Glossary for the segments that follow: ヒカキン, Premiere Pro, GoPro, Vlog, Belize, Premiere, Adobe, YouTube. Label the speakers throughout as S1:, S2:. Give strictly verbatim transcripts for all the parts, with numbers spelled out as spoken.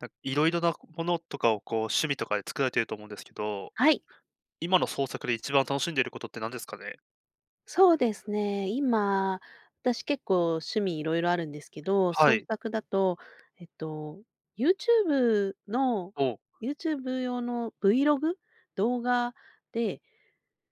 S1: なんかいろいろなものとかをこう趣味とかで作られていると思うんですけど、
S2: はい、
S1: 今の創作で一番楽しんでいることって何ですかね？
S2: そうですね。今、私結構趣味いろいろあるんですけど、
S1: は
S2: 創
S1: い。
S2: 作だと、えっと、YouTube の
S1: お、
S2: YouTube 用の Vlog？動画で、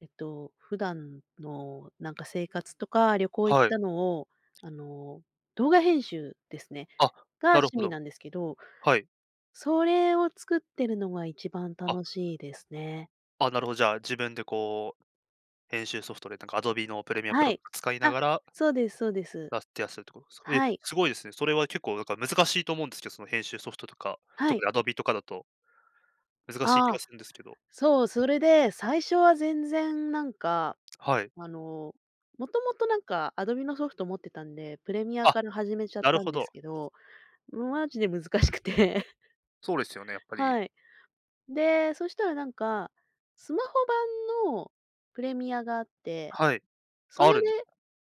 S2: えっと、普段のなんか生活とか旅行行っ
S1: はい。
S2: たのを、あの、動画編集ですね、
S1: あ、
S2: が
S1: なる
S2: 趣
S1: ほ
S2: 味
S1: ど。
S2: なんですけど、
S1: はい。
S2: それを作ってるのが一番
S1: あ、
S2: 楽しいですね。
S1: あ、なるほど、じゃあ自分でこう編集ソフトでなんか Adobe のプレミアプ
S2: は
S1: ロ
S2: い。
S1: とか使いな
S2: あ、
S1: がら、
S2: そうですそうです。
S1: ラてティアゃるってことです
S2: は
S1: か？え、
S2: い、
S1: すごいですね。それは結構なんか難しいと思うんですけど、その編集ソフトとか、
S2: は
S1: 特
S2: い。
S1: に Adobe とかだと難しい気
S2: あ
S1: が
S2: あ。
S1: するんですけど。
S2: そう、それで、最初は全然なんか、
S1: はい。
S2: あの、もともとなんかアドビのソフト持ってたんで、プレミア
S1: あ、
S2: から始めちゃっ
S1: なる
S2: たん
S1: ほ
S2: で
S1: ど。
S2: すけど、マジで難しくて
S1: そうですよね、やっぱり。
S2: はい。で、そしたらなんか、スマホ版のプレミアがあって、
S1: はい。
S2: そ
S1: あ
S2: れ
S1: るん
S2: で、
S1: です、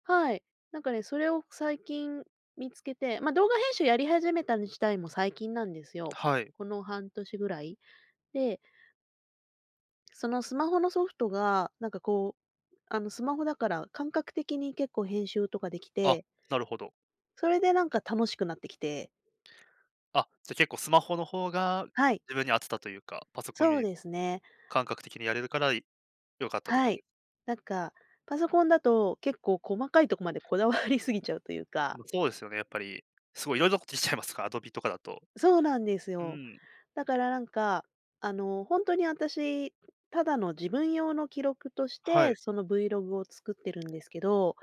S2: はい。なんかね、それを最近見つけて、ま、動画編集やり始めた自体も最近なんですよ。
S1: はい。
S2: この半年ぐらい。で、そのスマホのソフトが、なんかこう、あのスマホだから感覚的に結構編集とかでき
S1: あ、
S2: て、
S1: なるほど。
S2: それでなんか楽しくなってきて、
S1: あ、じゃ、結構スマホの方が
S2: はい、
S1: 自分に合ってたというか、パソコン
S2: そ
S1: よ
S2: う
S1: り
S2: ですね。
S1: 感覚的にやれるから、良かったって
S2: は
S1: 感じ
S2: い。
S1: です。
S2: なんか、パソコンだと結構細かいとこまでこだわりすぎちゃうというか。
S1: ま、そうですよね、やっぱり、すごいいろいろなことできちゃいますから、アドビとかだと。
S2: そうなんです
S1: う
S2: よ。
S1: ん、
S2: だからなんか、あの、本当に私、ただの自分用の記録とし
S1: は
S2: て、
S1: い、
S2: その Vlog を作ってるんですけど、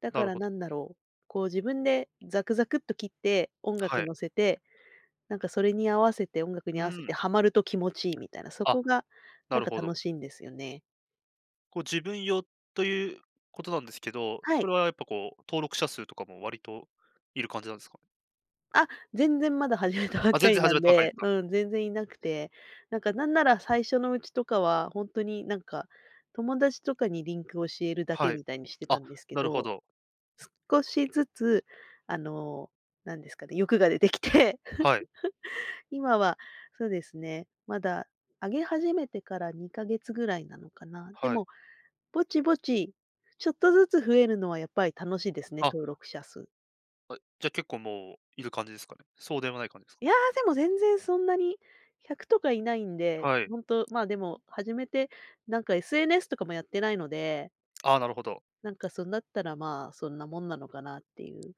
S2: だ
S1: な
S2: か
S1: る
S2: ら
S1: ほど。
S2: なんだろう、こう自分でザクザクっと切って、音
S1: は
S2: 楽
S1: い。
S2: 乗せてなんかそれに合わせて音楽に
S1: う
S2: 合わせて
S1: ん、
S2: ハマると気持ちいいみたいな、そ
S1: あ、
S2: こがな
S1: な
S2: ん
S1: る
S2: か
S1: ほど。
S2: 楽しいんですよね。
S1: こう自分用ということなんですけど、
S2: は
S1: そ
S2: い。
S1: れはやっぱこう、登録者数とかも割といる感じなんですかね？
S2: あ、全然まだ始めたばっ
S1: あ、
S2: か
S1: 全
S2: り
S1: 然
S2: な
S1: 始
S2: ん
S1: めたばかり
S2: で、
S1: ですか？
S2: うん、全然いなくて、なんかなんなら最初のうちとかはほんとになんか、友達とかにリンクを教えるだけ
S1: はい。
S2: みたいにしてた
S1: あ、
S2: んですけ
S1: なるほ
S2: ど、
S1: ど。
S2: 少しずつあの、なんですかね、欲が出てきて。
S1: はい、
S2: 今はそうですね、まだ上げ始めてからにかげつぐらいなのかな。で
S1: はい。
S2: もぼちぼち、ちょっとずつ増えるのはやっぱり楽しいですね、
S1: あ、
S2: 登録者数。
S1: あ、じゃ、結構もういる感じですかね？そうでもない感じですか？
S2: いや、でも全然そんなにひゃくとかいないんで、
S1: はい。
S2: ほんと、まあ、でも始めて、なんか エスエヌエス とかもやってないので、
S1: ああ、なるほど。
S2: なんかそんだったら、まあ、そんなもんなのかなっていう。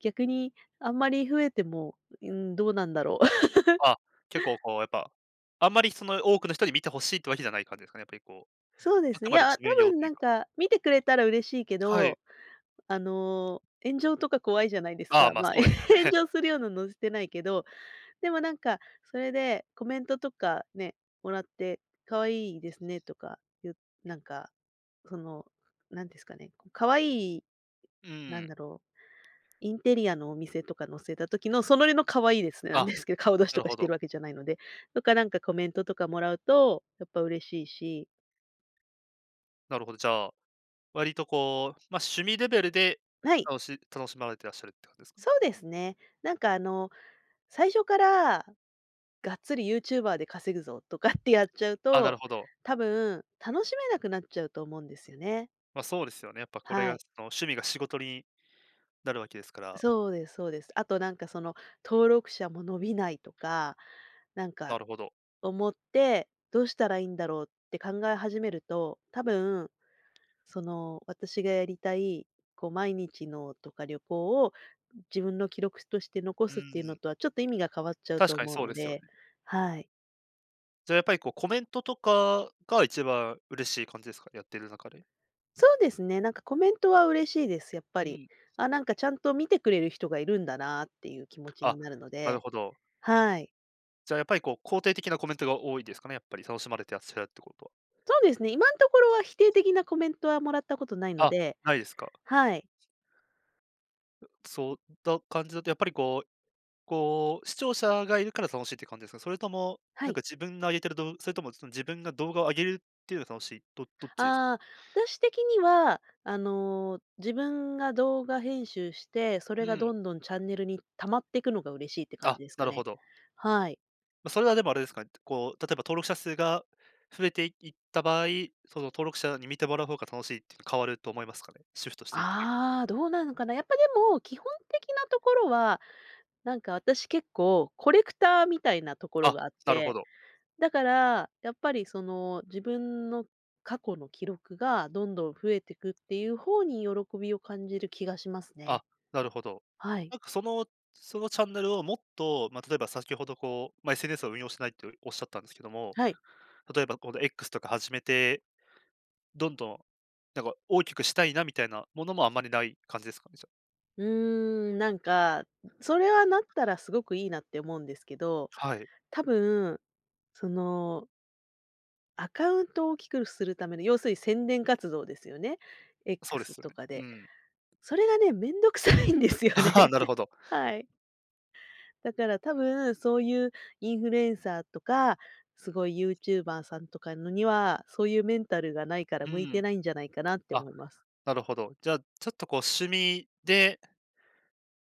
S2: 逆にあんまり増えても、うーん、どうなんだろう。
S1: あ、結構こうやっぱ、あんまりその多くの人に見て欲しいってわけじゃない感じですかね、やっぱりこう、
S2: そうで
S1: あ
S2: すね。
S1: く
S2: い
S1: まで
S2: や、
S1: 自
S2: 多
S1: 分用
S2: 分
S1: とい
S2: な
S1: う
S2: ん
S1: か。
S2: か見てくれたら嬉しいけ
S1: はい。
S2: ど、あの、炎上とか怖いじゃないです
S1: ああ、
S2: か。
S1: まあ、
S2: まあ、
S1: そうです よね。
S2: 炎上するようなの載せてないけど、でもなんか、それでコメントとかね、もらって、可愛いですねとか言う、なんか、その、なんですかね、可愛い、
S1: う
S2: なん
S1: ん。
S2: だろう、インテリアのお店とか載せた時の、そのりの可愛いですね、なん
S1: あ、
S2: ですけど、顔出し
S1: な
S2: と
S1: る
S2: かし
S1: ほ
S2: て
S1: ど。
S2: るわけじゃないので。とかなんかコメントとかもらうと、やっぱ嬉しいし、
S1: なるほど、じゃあ、割とこう、ま、趣味レベルで、
S2: はい、
S1: 楽し楽しまれてらっしゃるって感じですかね？
S2: そうですね。なんかあの、最初から、がっつりユーチューバーで稼ぐぞとかってやっちゃう
S1: あ、な
S2: と、
S1: るほど。
S2: 多分楽しめなくなっちゃうと思うんですよね。
S1: ま、そうですよね。やっぱこれ
S2: は
S1: が
S2: い。
S1: その趣味が仕事になるわけですから、
S2: そうですそうです。あとなんかその、登録者も伸びないとか、なん
S1: な
S2: か
S1: るほど。
S2: 思って、どうしたらいいんだろうって考え始めると、多分、その、私がやりたい、こう毎日のとか旅行を自分の記録として残
S1: う
S2: すっていうの
S1: ん、
S2: とはちょっと意味が変わっちゃうと
S1: 確かに
S2: 思う
S1: そう
S2: の
S1: ですよ
S2: で。
S1: ね。
S2: はい。
S1: じゃあやっぱりこうコメントとかが一番嬉しい感じですか？やってる中で。
S2: そうですね、なんかコメントは嬉しいです、やっぱ
S1: う
S2: り。
S1: ん。
S2: あ、なんかちゃんと見てくれる人がいるんだなっていう気持ちに
S1: あ、
S2: なるの
S1: なる
S2: で。
S1: ほど。
S2: はい。
S1: じゃあ、やっぱりこう、肯定的なコメントが多いですかね、やっぱり楽しまれてらっしゃるってことは。
S2: そうですね、今のところは否定的なコメントはもらったことないの
S1: あ、
S2: で。
S1: ないですか。
S2: はい。
S1: そうだった感じだとやっぱりこう、こう、視聴者がいるから楽しいって感じですか？それとも、
S2: は
S1: なん
S2: い。
S1: か自分の上げてる動それともその自分が動画を上げるっていうのが楽しい、どどっちですか？
S2: ああ、私的には、あの、自分が動画編集して、それ
S1: う
S2: が
S1: ん、
S2: どんどんチャンネルに溜まっていくのが嬉しいって感じ
S1: あ、
S2: です
S1: な
S2: か
S1: るほ
S2: ね。
S1: ど。
S2: はい。
S1: ま、それはでもあれですかね、こう、例えば登録者数が増えていいった場合、その登録者に見てもらう方が楽しいっていうの変わると思いますかね？シフトしていくという。
S2: ああ、どうなのかな。やっぱでも、基本的なところは、なんか私結構コレクターみたいなところ
S1: あ、
S2: があっ
S1: なるほ
S2: て、
S1: ど。
S2: だから、やっぱりその自分の過去の記録がどんどん増えていくっていう方に喜びを感じる気がしますね。
S1: あ、なるほど。
S2: はい。
S1: なんかそのそのチャンネルをもっと、まあ、例えば先ほどこう、まあ、エスエヌエス を運用してないっておっしゃったんですけども、
S2: はい。
S1: 例えばこの X とか始めて、どんどん、なんか大きくしたいなみたいなものもあんまりない感じですかね、じゃ
S2: うーん、なんか、それはなったらすごくいいなって思うんですけど、
S1: あ。はい。
S2: 多分、その、アカウントを大きくするための、要するに宣伝活動ですよね。
S1: そうで
S2: X
S1: すよ
S2: と
S1: ね。
S2: か
S1: う
S2: で。
S1: ん。
S2: それがね、めんどくさいんです よね。
S1: ああ、なる ほど。
S2: はい。だから多分、そういうインフルエンサーとか、すごいユーチューバーさんとかのには、そういうメンタルがないから
S1: う
S2: 向いて
S1: ん。
S2: ないんじゃないかなって
S1: あ、
S2: 思います。
S1: なるほど。じゃあ、ちょっとこう趣味で、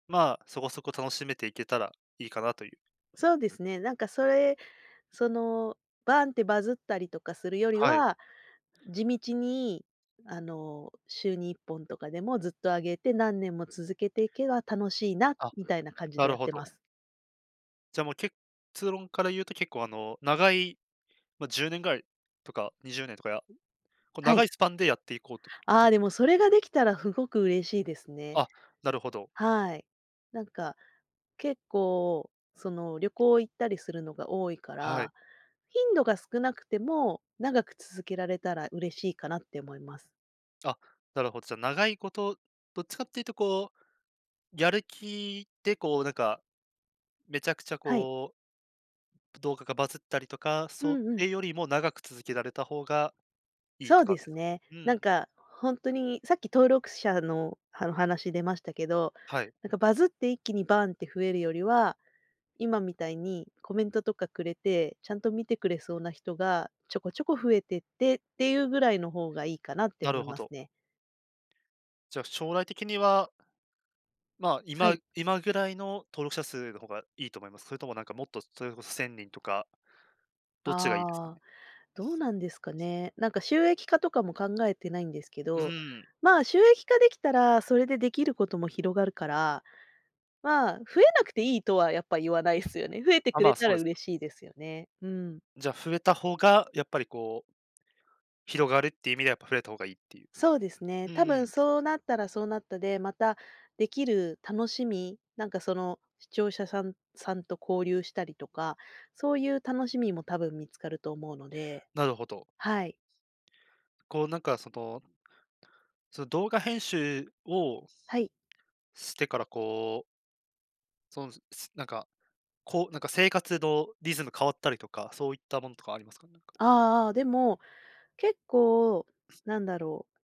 S1: まあ、そこそこ楽しめていけたらいいかなという。
S2: そうですね、なんかそれ、その、バーンってバズったりとかするより
S1: はい。
S2: は、地道に、あの、週にいっぽんとかでもずっと上げて、何年も続けていけば楽しいな、
S1: あ、
S2: みたいな感じ
S1: な
S2: でや
S1: る
S2: っ
S1: ほ
S2: てま
S1: ど。
S2: す。
S1: じゃあもう結結論から言うと結構あの、長い、まあ、じゅうねんぐらいとかにじゅうねんとか、やこう
S2: は
S1: 長
S2: い。
S1: いスパンでやっていこうってっ
S2: あ
S1: て
S2: あ、でもそれができたらすごく嬉しいですね。
S1: あ、なるほど。
S2: はい。なんか結構、その、旅行行ったりするのが多いか
S1: はい。
S2: ら、頻度が少なくても、長く続けられたら嬉しいかなって思います。
S1: あ、なるほど。じゃあ、長いこと、どっちかっていうとこう、やる気でこうなんか、めちゃくちゃ
S2: はい。
S1: こう、動画がバズったりとか、
S2: う
S1: そ
S2: んうん。
S1: れよりも長く続けられた方がいいっ
S2: そ
S1: て
S2: う
S1: 感
S2: で
S1: じで
S2: す
S1: すか？
S2: ね。
S1: う
S2: なん
S1: ん、
S2: か、本当に、さっき登録者の、あの、話出ましたけど、
S1: はい、
S2: なんかバズって一気にバーンって増えるよりは、今みたいにコメントとかくれて、ちゃんと見てくれそうな人がちょこちょこ増えてってっていうぐらいの方がいいかなって
S1: な
S2: 思
S1: る
S2: い
S1: ほ
S2: ます
S1: ど。
S2: ね。
S1: じゃあ将来的には、まあ、
S2: はい。
S1: 今今ぐらいの登録者数の方がいいと思います？それともなんかもっとそれこそせんにんとか、どっちがいいですか
S2: ああ。
S1: ね？
S2: どうなんですかね。なんか収益化とかも考えてないんですけ
S1: う
S2: ど、
S1: ん、
S2: まあ、収益化できたら、それでできることも広がるから、まあ、増えなくていいとはやっぱ言わないですよね。増えて
S1: あ、
S2: く
S1: ま
S2: れ
S1: あ、
S2: た
S1: そ
S2: ら
S1: うです
S2: 嬉
S1: ね。
S2: しいですよね。うん。
S1: じゃあ、増えた方が、やっぱりこう、広がるっていう意味ではやっぱ増えた方がいいっていう。
S2: そうですね。
S1: う
S2: 多分
S1: ん。
S2: そうなったらそうなったで、またできる楽しみ、なんかその視聴者さんさんと交流したりとか、そういう楽しみも多分見つかると思うので。
S1: なるほど。
S2: はい。
S1: こうなんかその、その動画編集を
S2: はい。
S1: してからこう、その、すなんか、こう、なんか生活のリズム変わったりとか、そういったものとかありますか？なんか。
S2: ああ、あー、でも、結構なんだろう、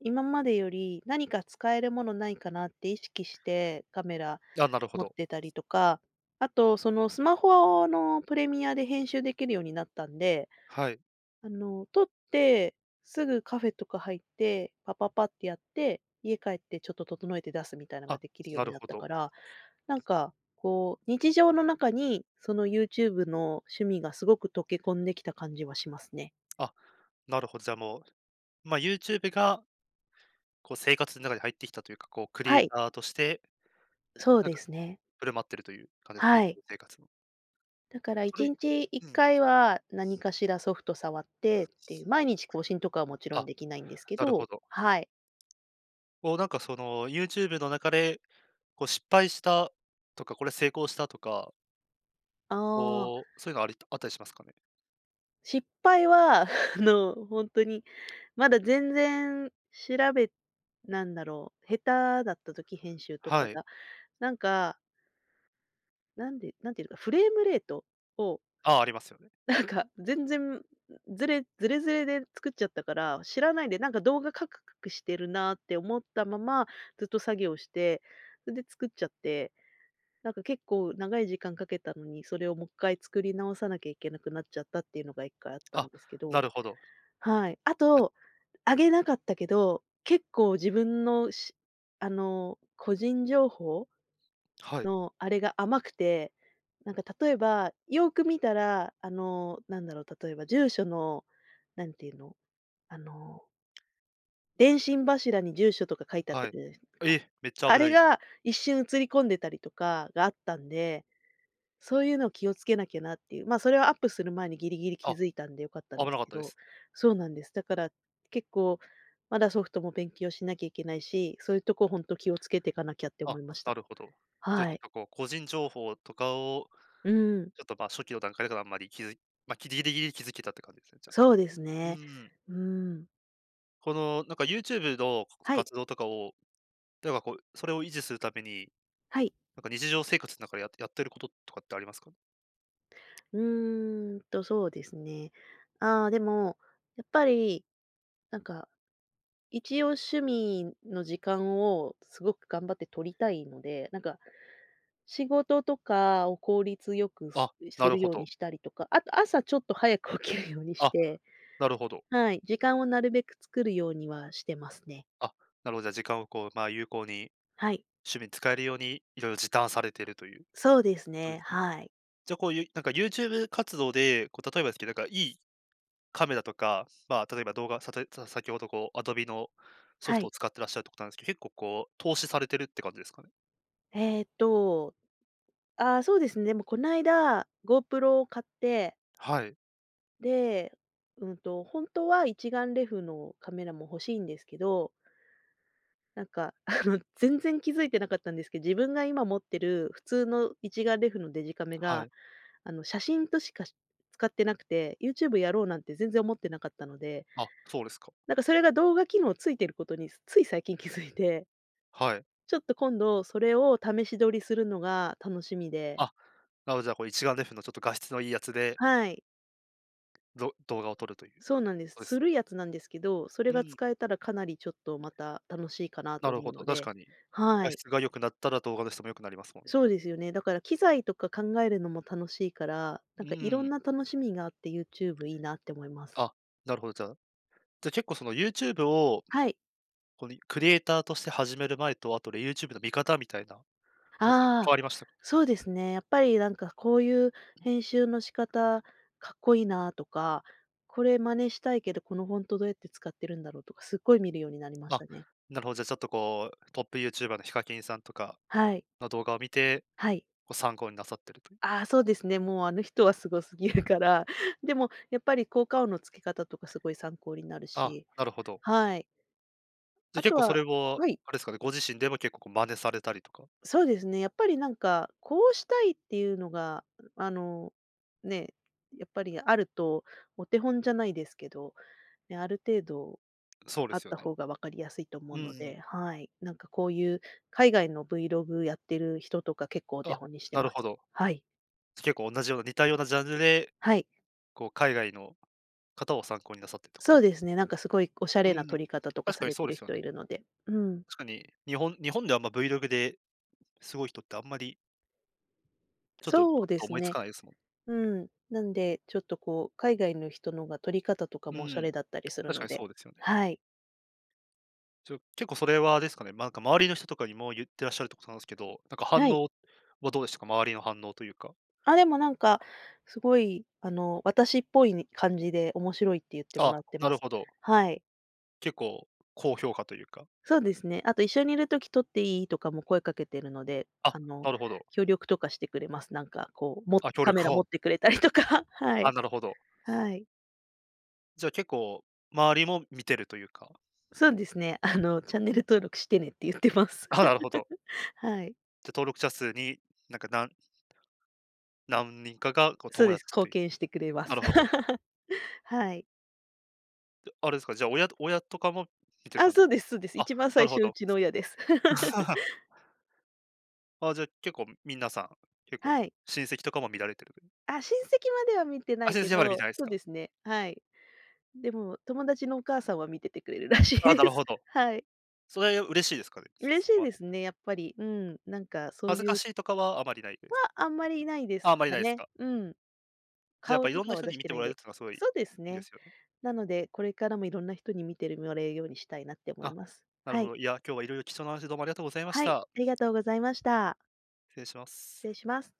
S2: 今までより何か使えるものないかなって意識してカメラ
S1: あ、なるほ
S2: 持っ
S1: ど。
S2: てたりとか、あとそのスマホのプレミアで編集できるようになったんで、
S1: はい。
S2: あの、撮ってすぐカフェとか入って、パパパってやって、家帰ってちょっと整えて出すみたいなのが
S1: あ、
S2: できるよう
S1: な
S2: に
S1: る
S2: なっ
S1: ほ
S2: た
S1: ど。
S2: から、なんかこう日常の中にその YouTube の趣味がすごく溶け込んできた感じはしますね。
S1: あ、なるほど。じゃあもう、まあ、YouTube がこう生活の中に入ってきたというか、こうクリエ
S2: は
S1: イ
S2: い、
S1: ターとして、
S2: そう
S1: なん
S2: で
S1: か
S2: すね。
S1: 振る舞ってるという感じですか？日
S2: はい。
S1: 常生活の。
S2: だから
S1: そ
S2: 1
S1: れ
S2: 日1
S1: うん。
S2: 回は何かしらソフト触ってっていう、毎日更新とかはもちろん
S1: あ、
S2: できないんですけ
S1: なるほ
S2: ど。
S1: ど。
S2: はい。
S1: こうなんかその YouTube の中で、こう失敗したとか、これ成功したとか、
S2: ああ、
S1: こう、そういうのありあったりしますかね？
S2: 失敗は。あの、本当に、まだ全然調べ、なんだろう、下手だった時、編集とか
S1: はい。
S2: が。なんか、なんでなんていうのか、フレームレートを
S1: ああ、りますよね。
S2: なんか、全然、ずれずれずれで作っちゃったから、知らないで、なんか動画カクカクしてるなって思ったまま、ずっと作業して、それで作っちゃって、なんか結構長い時間かけたのに、それをもう一回作り直さなきゃいけなくなっちゃったっていうのが一回あったん
S1: あ、
S2: ですけ
S1: な
S2: ど。
S1: るほど。
S2: はい。あと、
S1: え、
S2: あげなかったけど、結構自分のしあの、個人情報
S1: はい、
S2: のあれが甘くて、なんか例えば、よく見たら、あの、なんだろう、例えば住所の、なんていうの、あの、電信柱に住所とか書いてあった
S1: は
S2: り
S1: い。
S2: じゃないですか。
S1: え、めっちゃ
S2: あ
S1: 危
S2: れ
S1: ない。
S2: が一瞬映り込んでたりとかがあったんで、そういうのを気をつけなきゃなっていう、ま、あそれはアップする前にギリギリ気
S1: あ、
S2: づいたんで良かったん
S1: 危
S2: で
S1: な
S2: す
S1: かっ
S2: け
S1: たで
S2: ど。
S1: す。
S2: そうなんです。だから結構、まだソフトも勉強しなきゃいけないし、そういうとこ本当気をつけていかなきゃって思
S1: あ、
S2: いまし
S1: な
S2: た。
S1: るほど。じゃあ
S2: は
S1: ちょっ
S2: い。
S1: とこう、個人情報とかを、
S2: うん。
S1: ちょっとまあ初期の段階だからあんまり気づいまあ、ギリギリギリ気づけたって感じですね、じゃあ。
S2: そうです
S1: う
S2: ね。
S1: ん。
S2: うーん。
S1: このなんか YouTube の
S2: はい、
S1: 活動とかを、例えばこう、それを維持するために
S2: はい。
S1: なんか日常生活の中でややってることとかってありますか？
S2: うーんと、そうですね。ああ、でも、やっぱり、なんか、一応趣味の時間をすごく頑張って取りたいので、なんか、仕事とかを効率よくす
S1: あ、な
S2: す
S1: る
S2: る
S1: ほ
S2: ように
S1: ど。
S2: したりとか、あと朝ちょっと早く起きるようにし
S1: あ、
S2: て、
S1: なるほど。
S2: はい、時間をなるべく作るようにはしてますね。
S1: あ、なるほど、じゃあ時間をこう、まあ、有効に
S2: はい。
S1: 趣味に使えるように、いろいろ時短されているという
S2: そうです
S1: ことで
S2: ね、
S1: すね。
S2: はい。
S1: じゃあ、こういうなんか YouTube 活動で、こう例えばですけど、なんかいいカメラとか、まあ、例えば動画、さとさ先ほどこう Adobe のソ
S2: は
S1: フトを
S2: い。
S1: 使ってらっしゃるってことなんですけど、結構こう投資されてるって感じですかね？
S2: えっとああ、そうですね。でもこの間 ゴープロ を買って、
S1: はい、
S2: で、うんと、本当は一眼レフのカメラも欲しいんですけど、なんか、あの、全然気づいてなかったんですけど、自分が今持ってる普通の一眼レフのデジカメ
S1: は
S2: が、
S1: い。
S2: あの、写真としかし使ってなくて、YouTube やろうなんて全然思ってなかったので、
S1: あ、そうですか。
S2: なんかそれが動画機能ついてることに、つい最近気づいて、
S1: はい。
S2: ちょっと今度それを試し撮りするのが楽しみで。
S1: あ、なるほど、じゃあこう一眼レフのちょっと画質のいいやつで、
S2: はい。
S1: ど動画を撮るという、
S2: そうなんです。
S1: そうで
S2: す
S1: す。
S2: るやつなんですけど、それ
S1: う
S2: が
S1: ん。
S2: 使えたらかなりちょっとまた楽しいかな
S1: な
S2: と
S1: る
S2: 思う
S1: ほ
S2: の
S1: ど、確
S2: で。
S1: かに。
S2: は
S1: 画
S2: い。
S1: 質が良くなったら動画の質も良くなりますもん。
S2: そうですよね。だから機材とか考えるのも楽しいから、な
S1: う
S2: んかいろん
S1: ん。
S2: な楽しみがあって YouTube いいなって思います。
S1: あ、なるほど、じゃあ、じゃ、結構その YouTube を、
S2: はい。
S1: このクリエイターとして始める前と、あとで YouTube の見方みたいなのって
S2: あ
S1: 変
S2: あ、
S1: わりましたか？
S2: そうですね。やっぱりなんかこういう編集の仕方かっこいいなとか、これ真似したいけど、このフォントどうやって使ってるんだろうとか、すっごい見るようになりまし
S1: あ、
S2: たね。
S1: なるほど、じゃあちょっとこう、トップ YouTuber のヒカキンさんとか
S2: はい。
S1: の動画を見て、
S2: はい。
S1: こう参考になさってるという。
S2: ああ、そうですね。もうあの人はすごすぎるから。でもやっぱり効果音のつけ方とかすごい参考になる
S1: あ、
S2: し。
S1: なるほど。
S2: はい。
S1: じゃ、
S2: あ
S1: 結
S2: と
S1: 構そ
S2: は
S1: れを
S2: はい、
S1: あれですかね、ご自身でも結構こう真似されたりとか。
S2: そうですね。やっぱりなんか、こうしたいっていうのが、あの、ね、やっぱりあると、お手本じゃないですけど、ね、ある程度
S1: そうで
S2: あっ
S1: すよ
S2: た
S1: ね。
S2: 方が分かりやすいと思う
S1: う
S2: ので。
S1: ん。
S2: はい。なんかこういう海外の ブイログ やってる人とか結構お手
S1: あ、
S2: 本にして
S1: な
S2: ま
S1: るほ
S2: す。
S1: ど。
S2: はい。
S1: 結構同じような似たようなジャンルで、
S2: はい。
S1: こう海外の方を参考になさってってこ
S2: そ
S1: と
S2: う
S1: です。
S2: ですね、なんかすごいおしゃ
S1: う
S2: れな撮
S1: ん。
S2: り方とか
S1: 確
S2: さ
S1: かに
S2: れて
S1: そうで
S2: る
S1: すよ
S2: 人い
S1: ね。
S2: るので。うん。
S1: 確かに日本日本では、ま、Vlog ですごい人ってあんまり、ちょっと
S2: そう
S1: パッ
S2: で
S1: と
S2: す
S1: 思いつ
S2: ね。
S1: かないですもん。
S2: うん。なんで、ちょっとこう、海外の人のが撮り方とか
S1: う
S2: もおしゃれ
S1: ん、
S2: だったりする
S1: 確
S2: の
S1: かに
S2: で。
S1: そうですよね。
S2: はい。
S1: ちょ結構それはあれですかね、ま、なんか周りの人とかにも言ってらっしゃるってことなんですけど、なんか
S2: は
S1: 反
S2: い。
S1: 応はどうでしたか？周りの反応というか。
S2: あ、でもなんか、すごい、あの、私っぽい感じで面白いって言っても
S1: あ、
S2: らって
S1: な
S2: ま
S1: る
S2: す。
S1: ほど。
S2: はい。
S1: 結構高評価というか。
S2: そうですね。あと一緒にいる時撮っていい？とかも声かけてるので、
S1: あ、
S2: あの、
S1: なるほど。
S2: 協力とかしてくれます。なんかこう、も
S1: あ、協
S2: カメ
S1: 力
S2: ラ持
S1: を。
S2: ってくれたりとか。は
S1: あ、
S2: い。
S1: なるほど。
S2: はい。
S1: じゃあ結構周りも見てるというか。
S2: そうですね。あの、チャンネル登録してねって言ってます。
S1: あ、なるほど。
S2: はい。
S1: じゃ、登録者数になんかなん何人かがこう
S2: そう
S1: 友
S2: で
S1: 達
S2: す。
S1: っ
S2: 貢
S1: ていう。
S2: 献してくれま
S1: な
S2: す。
S1: るほど。
S2: はい。
S1: で、あれですか、じゃあ、親親とかも見てる
S2: あ、
S1: かん
S2: そうですそうです。
S1: あ、
S2: 一番
S1: な
S2: 最
S1: るほ
S2: 初、う
S1: ど。
S2: ちの親です。
S1: あ、じゃあ、結構皆さん、結構
S2: はい。
S1: 親戚とかも見られてるという。
S2: あ、親戚までは見てな
S1: あ、
S2: い
S1: 親
S2: け
S1: 戚はまだ見て
S2: ど、
S1: ないです
S2: そう
S1: か。
S2: ですね、はい。でも、友達のお母さんは見ててくれるらしい
S1: あ、
S2: で
S1: なる
S2: す。
S1: ほ ど。
S2: はい。
S1: それは嬉しいですかね？
S2: 嬉
S1: そ
S2: しい
S1: の、
S2: ですね、やっぱり。うん、なんかそう
S1: 恥ずか
S2: いう
S1: しいとかはあまりないで
S2: は、
S1: すか？
S2: あんまりいないで
S1: あ、あ
S2: す
S1: まり
S2: か
S1: ないです
S2: ね。
S1: か。
S2: うん。
S1: じゃあ、やっ
S2: 顔
S1: ぱい
S2: と
S1: ろん
S2: か
S1: な
S2: は
S1: 人
S2: 出
S1: に
S2: し
S1: 見
S2: て
S1: て
S2: ない
S1: も
S2: ん
S1: らえる
S2: で。
S1: ってのはすごいい
S2: そうです
S1: いで
S2: ね。
S1: すよね。
S2: なので、これからもいろんな人に見てるもらえるようにしたいなって思い
S1: あ、
S2: ます。
S1: なる
S2: は
S1: ほ
S2: い。
S1: ど。いや、今日はいろいろ貴重な話どうもありがとうございまし
S2: はい、
S1: た。
S2: ありがとうございました。
S1: 失礼しま
S2: 失
S1: す。
S2: 礼します。